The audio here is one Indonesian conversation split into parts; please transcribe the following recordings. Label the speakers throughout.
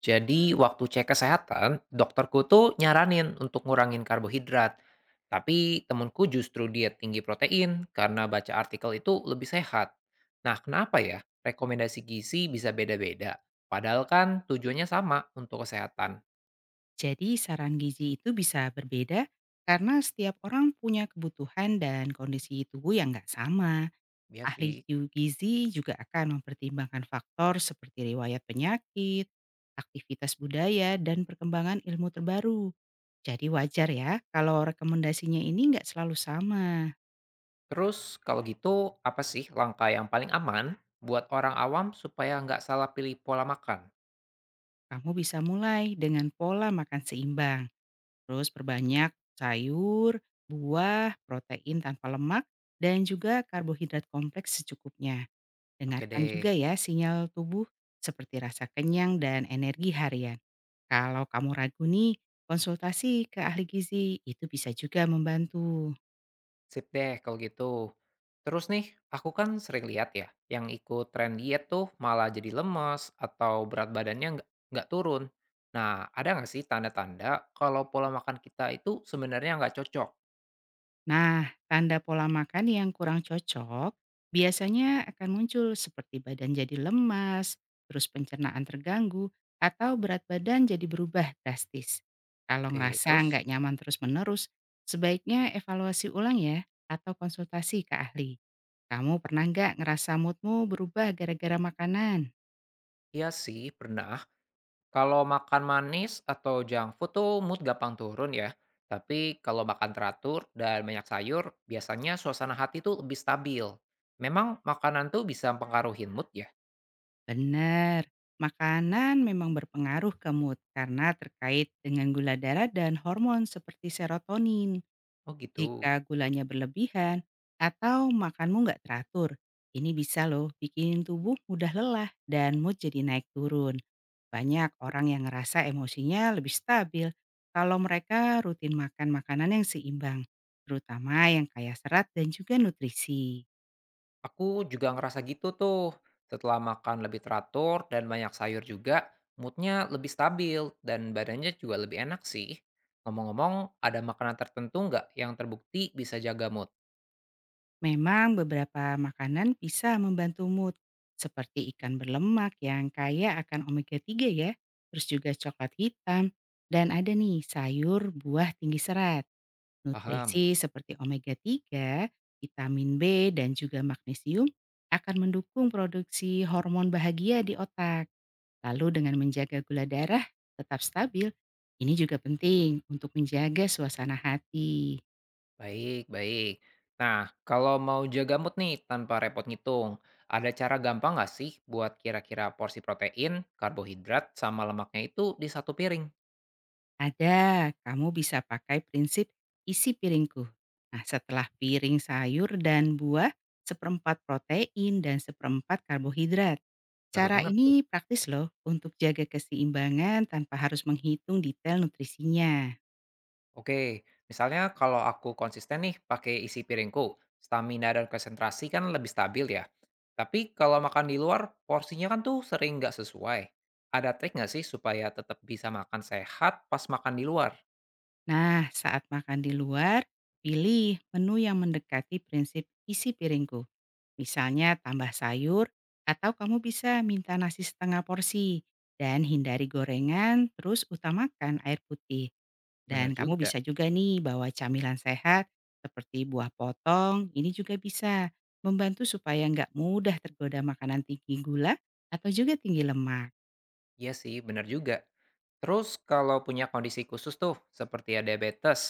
Speaker 1: Jadi waktu cek kesehatan, dokterku tuh nyaranin untuk ngurangin karbohidrat. Tapi temenku justru diet tinggi protein karena baca artikel itu lebih sehat. Nah kenapa ya rekomendasi gizi bisa beda-beda? Padahal kan tujuannya sama untuk kesehatan.
Speaker 2: Jadi saran gizi itu bisa berbeda karena setiap orang punya kebutuhan dan kondisi tubuh yang nggak sama.
Speaker 1: Iya
Speaker 2: Ahli
Speaker 1: sih.
Speaker 2: gizi juga akan mempertimbangkan faktor seperti riwayat penyakit, aktivitas budaya, dan perkembangan ilmu terbaru. Jadi wajar ya kalau rekomendasinya ini nggak selalu sama.
Speaker 1: Terus kalau gitu apa sih langkah yang paling aman buat orang awam supaya nggak salah pilih pola makan?
Speaker 2: Kamu bisa mulai dengan pola makan seimbang. Terus perbanyak sayur, buah, protein tanpa lemak, dan juga karbohidrat kompleks secukupnya.
Speaker 1: Oke
Speaker 2: Dengarkan
Speaker 1: deh.
Speaker 2: juga ya sinyal tubuh seperti rasa kenyang dan energi harian. Kalau kamu ragu nih, konsultasi ke ahli gizi itu bisa juga membantu.
Speaker 1: Sip deh kalau gitu. Terus nih, aku kan sering lihat ya, yang ikut tren diet tuh malah jadi lemes atau berat badannya nggak turun. Nah, ada nggak sih tanda-tanda kalau pola makan kita itu sebenarnya nggak cocok?
Speaker 2: Nah, tanda pola makan yang kurang cocok biasanya akan muncul seperti badan jadi lemas, terus pencernaan terganggu, atau berat badan jadi berubah drastis. Kalau
Speaker 1: Oke,
Speaker 2: ngerasa
Speaker 1: terus?
Speaker 2: nggak nyaman terus-menerus, sebaiknya evaluasi ulang ya, atau konsultasi ke ahli. Kamu pernah nggak ngerasa moodmu berubah gara-gara makanan?
Speaker 1: Iya sih, pernah. Kalau makan manis atau junk food tuh mood gampang turun ya. Tapi kalau makan teratur dan banyak sayur, biasanya suasana hati tuh lebih stabil. Memang makanan tuh bisa mempengaruhi mood ya?
Speaker 2: Bener, makanan memang berpengaruh ke mood karena terkait dengan gula darah dan hormon seperti serotonin.
Speaker 1: Oh gitu.
Speaker 2: Jika gulanya berlebihan atau makanmu nggak teratur, ini bisa loh bikin tubuh mudah lelah dan mood jadi naik turun. Banyak orang yang ngerasa emosinya lebih stabil kalau mereka rutin makan makanan yang seimbang, terutama yang kaya serat dan juga nutrisi.
Speaker 1: Aku juga ngerasa gitu tuh. Setelah makan lebih teratur dan banyak sayur juga, moodnya lebih stabil dan badannya juga lebih enak sih. Ngomong-ngomong, ada makanan tertentu nggak yang terbukti bisa jaga mood?
Speaker 2: Memang beberapa makanan bisa membantu mood, seperti ikan berlemak yang kaya akan omega 3 ya, terus juga coklat hitam, dan ada nih sayur buah tinggi serat.
Speaker 1: Paham?
Speaker 2: Nutrisi seperti omega 3, vitamin B, dan juga magnesium akan mendukung produksi hormon bahagia di otak. Lalu dengan menjaga gula darah tetap stabil, ini juga penting untuk menjaga suasana hati.
Speaker 1: Baik, baik. Nah, kalau mau jaga mood nih tanpa repot ngitung, ada cara gampang nggak sih buat kira-kira porsi protein, karbohidrat, sama lemaknya itu di satu piring?
Speaker 2: Ada, kamu bisa pakai prinsip isi piringku. Nah, setelah piring sayur dan buah, seperempat protein dan seperempat karbohidrat.
Speaker 1: Baru
Speaker 2: Cara
Speaker 1: denger tuh.
Speaker 2: ini praktis loh untuk jaga keseimbangan tanpa harus menghitung detail nutrisinya.
Speaker 1: Oke, misalnya kalau aku konsisten nih pakai isi piringku, stamina dan konsentrasi kan lebih stabil ya. Tapi kalau makan di luar, porsinya kan tuh sering nggak sesuai. Ada trik nggak sih supaya tetap bisa makan sehat pas makan di luar?
Speaker 2: Nah, saat makan di luar, pilih menu yang mendekati prinsip isi piringku. Misalnya tambah sayur, atau kamu bisa minta nasi setengah porsi. Dan hindari gorengan, terus utamakan air putih.
Speaker 1: Bener
Speaker 2: Dan kamu
Speaker 1: juga.
Speaker 2: bisa juga nih bawa camilan sehat seperti buah potong, ini juga bisa membantu supaya nggak mudah tergoda makanan tinggi gula atau juga tinggi lemak.
Speaker 1: Iya sih, bener juga. Terus kalau punya kondisi khusus tuh, seperti ya diabetes,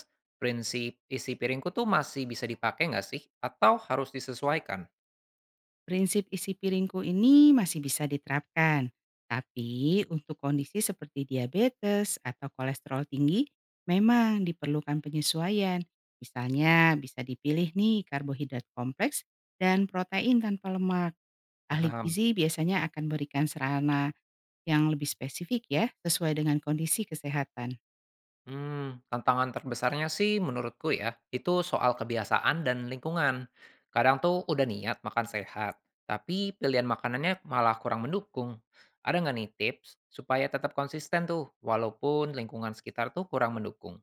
Speaker 1: prinsip isi piringku tuh masih bisa dipakai nggak sih? Atau harus disesuaikan?
Speaker 2: Prinsip isi piringku ini masih bisa diterapkan, tapi untuk kondisi seperti diabetes atau kolesterol tinggi memang diperlukan penyesuaian. Misalnya bisa dipilih nih karbohidrat kompleks dan protein tanpa lemak. Ahli
Speaker 1: Paham.
Speaker 2: gizi biasanya akan berikan sarana yang lebih spesifik ya, sesuai dengan kondisi kesehatan.
Speaker 1: Mmm, tantangan terbesarnya sih menurutku ya, itu soal kebiasaan dan lingkungan. Kadang tuh udah niat makan sehat, tapi pilihan makanannya malah kurang mendukung. Ada nggak nih tips supaya tetap konsisten tuh walaupun lingkungan sekitar tuh kurang mendukung?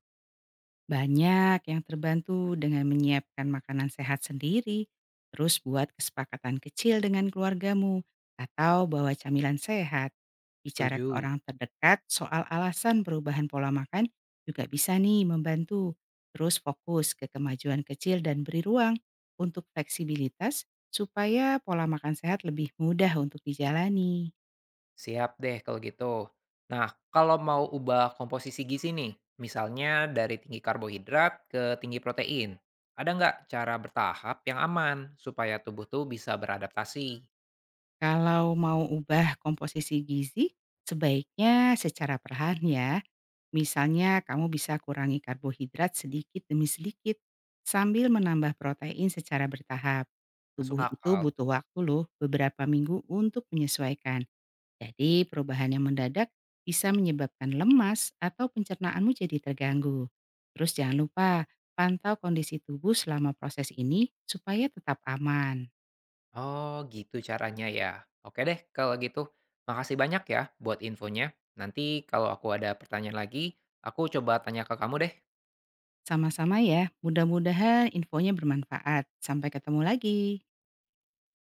Speaker 2: Banyak yang terbantu dengan menyiapkan makanan sehat sendiri, terus buat kesepakatan kecil dengan keluargamu, atau bawa camilan sehat. Bicara ke
Speaker 1: Setuju.
Speaker 2: orang terdekat soal alasan perubahan pola makan juga bisa nih membantu. Terus fokus ke kemajuan kecil dan beri ruang untuk fleksibilitas supaya pola makan sehat lebih mudah untuk dijalani.
Speaker 1: Siap deh kalau gitu. Nah, kalau mau ubah komposisi gizi nih, misalnya dari tinggi karbohidrat ke tinggi protein, ada nggak cara bertahap yang aman supaya tubuh tuh bisa beradaptasi?
Speaker 2: Kalau mau ubah komposisi gizi, sebaiknya secara perlahan ya. Misalnya kamu bisa kurangi karbohidrat sedikit demi sedikit sambil menambah protein secara bertahap.
Speaker 1: Masuk
Speaker 2: Tubuh itu
Speaker 1: akal.
Speaker 2: butuh waktu loh beberapa minggu untuk menyesuaikan. Jadi perubahan yang mendadak bisa menyebabkan lemas atau pencernaanmu jadi terganggu. Terus jangan lupa pantau kondisi tubuh selama proses ini supaya tetap aman.
Speaker 1: Oh, gitu caranya ya. Oke deh, kalau gitu. Makasih banyak ya buat infonya. Nanti kalau aku ada pertanyaan lagi, aku coba tanya ke kamu deh.
Speaker 2: Sama-sama ya, mudah-mudahan infonya bermanfaat. Sampai ketemu lagi.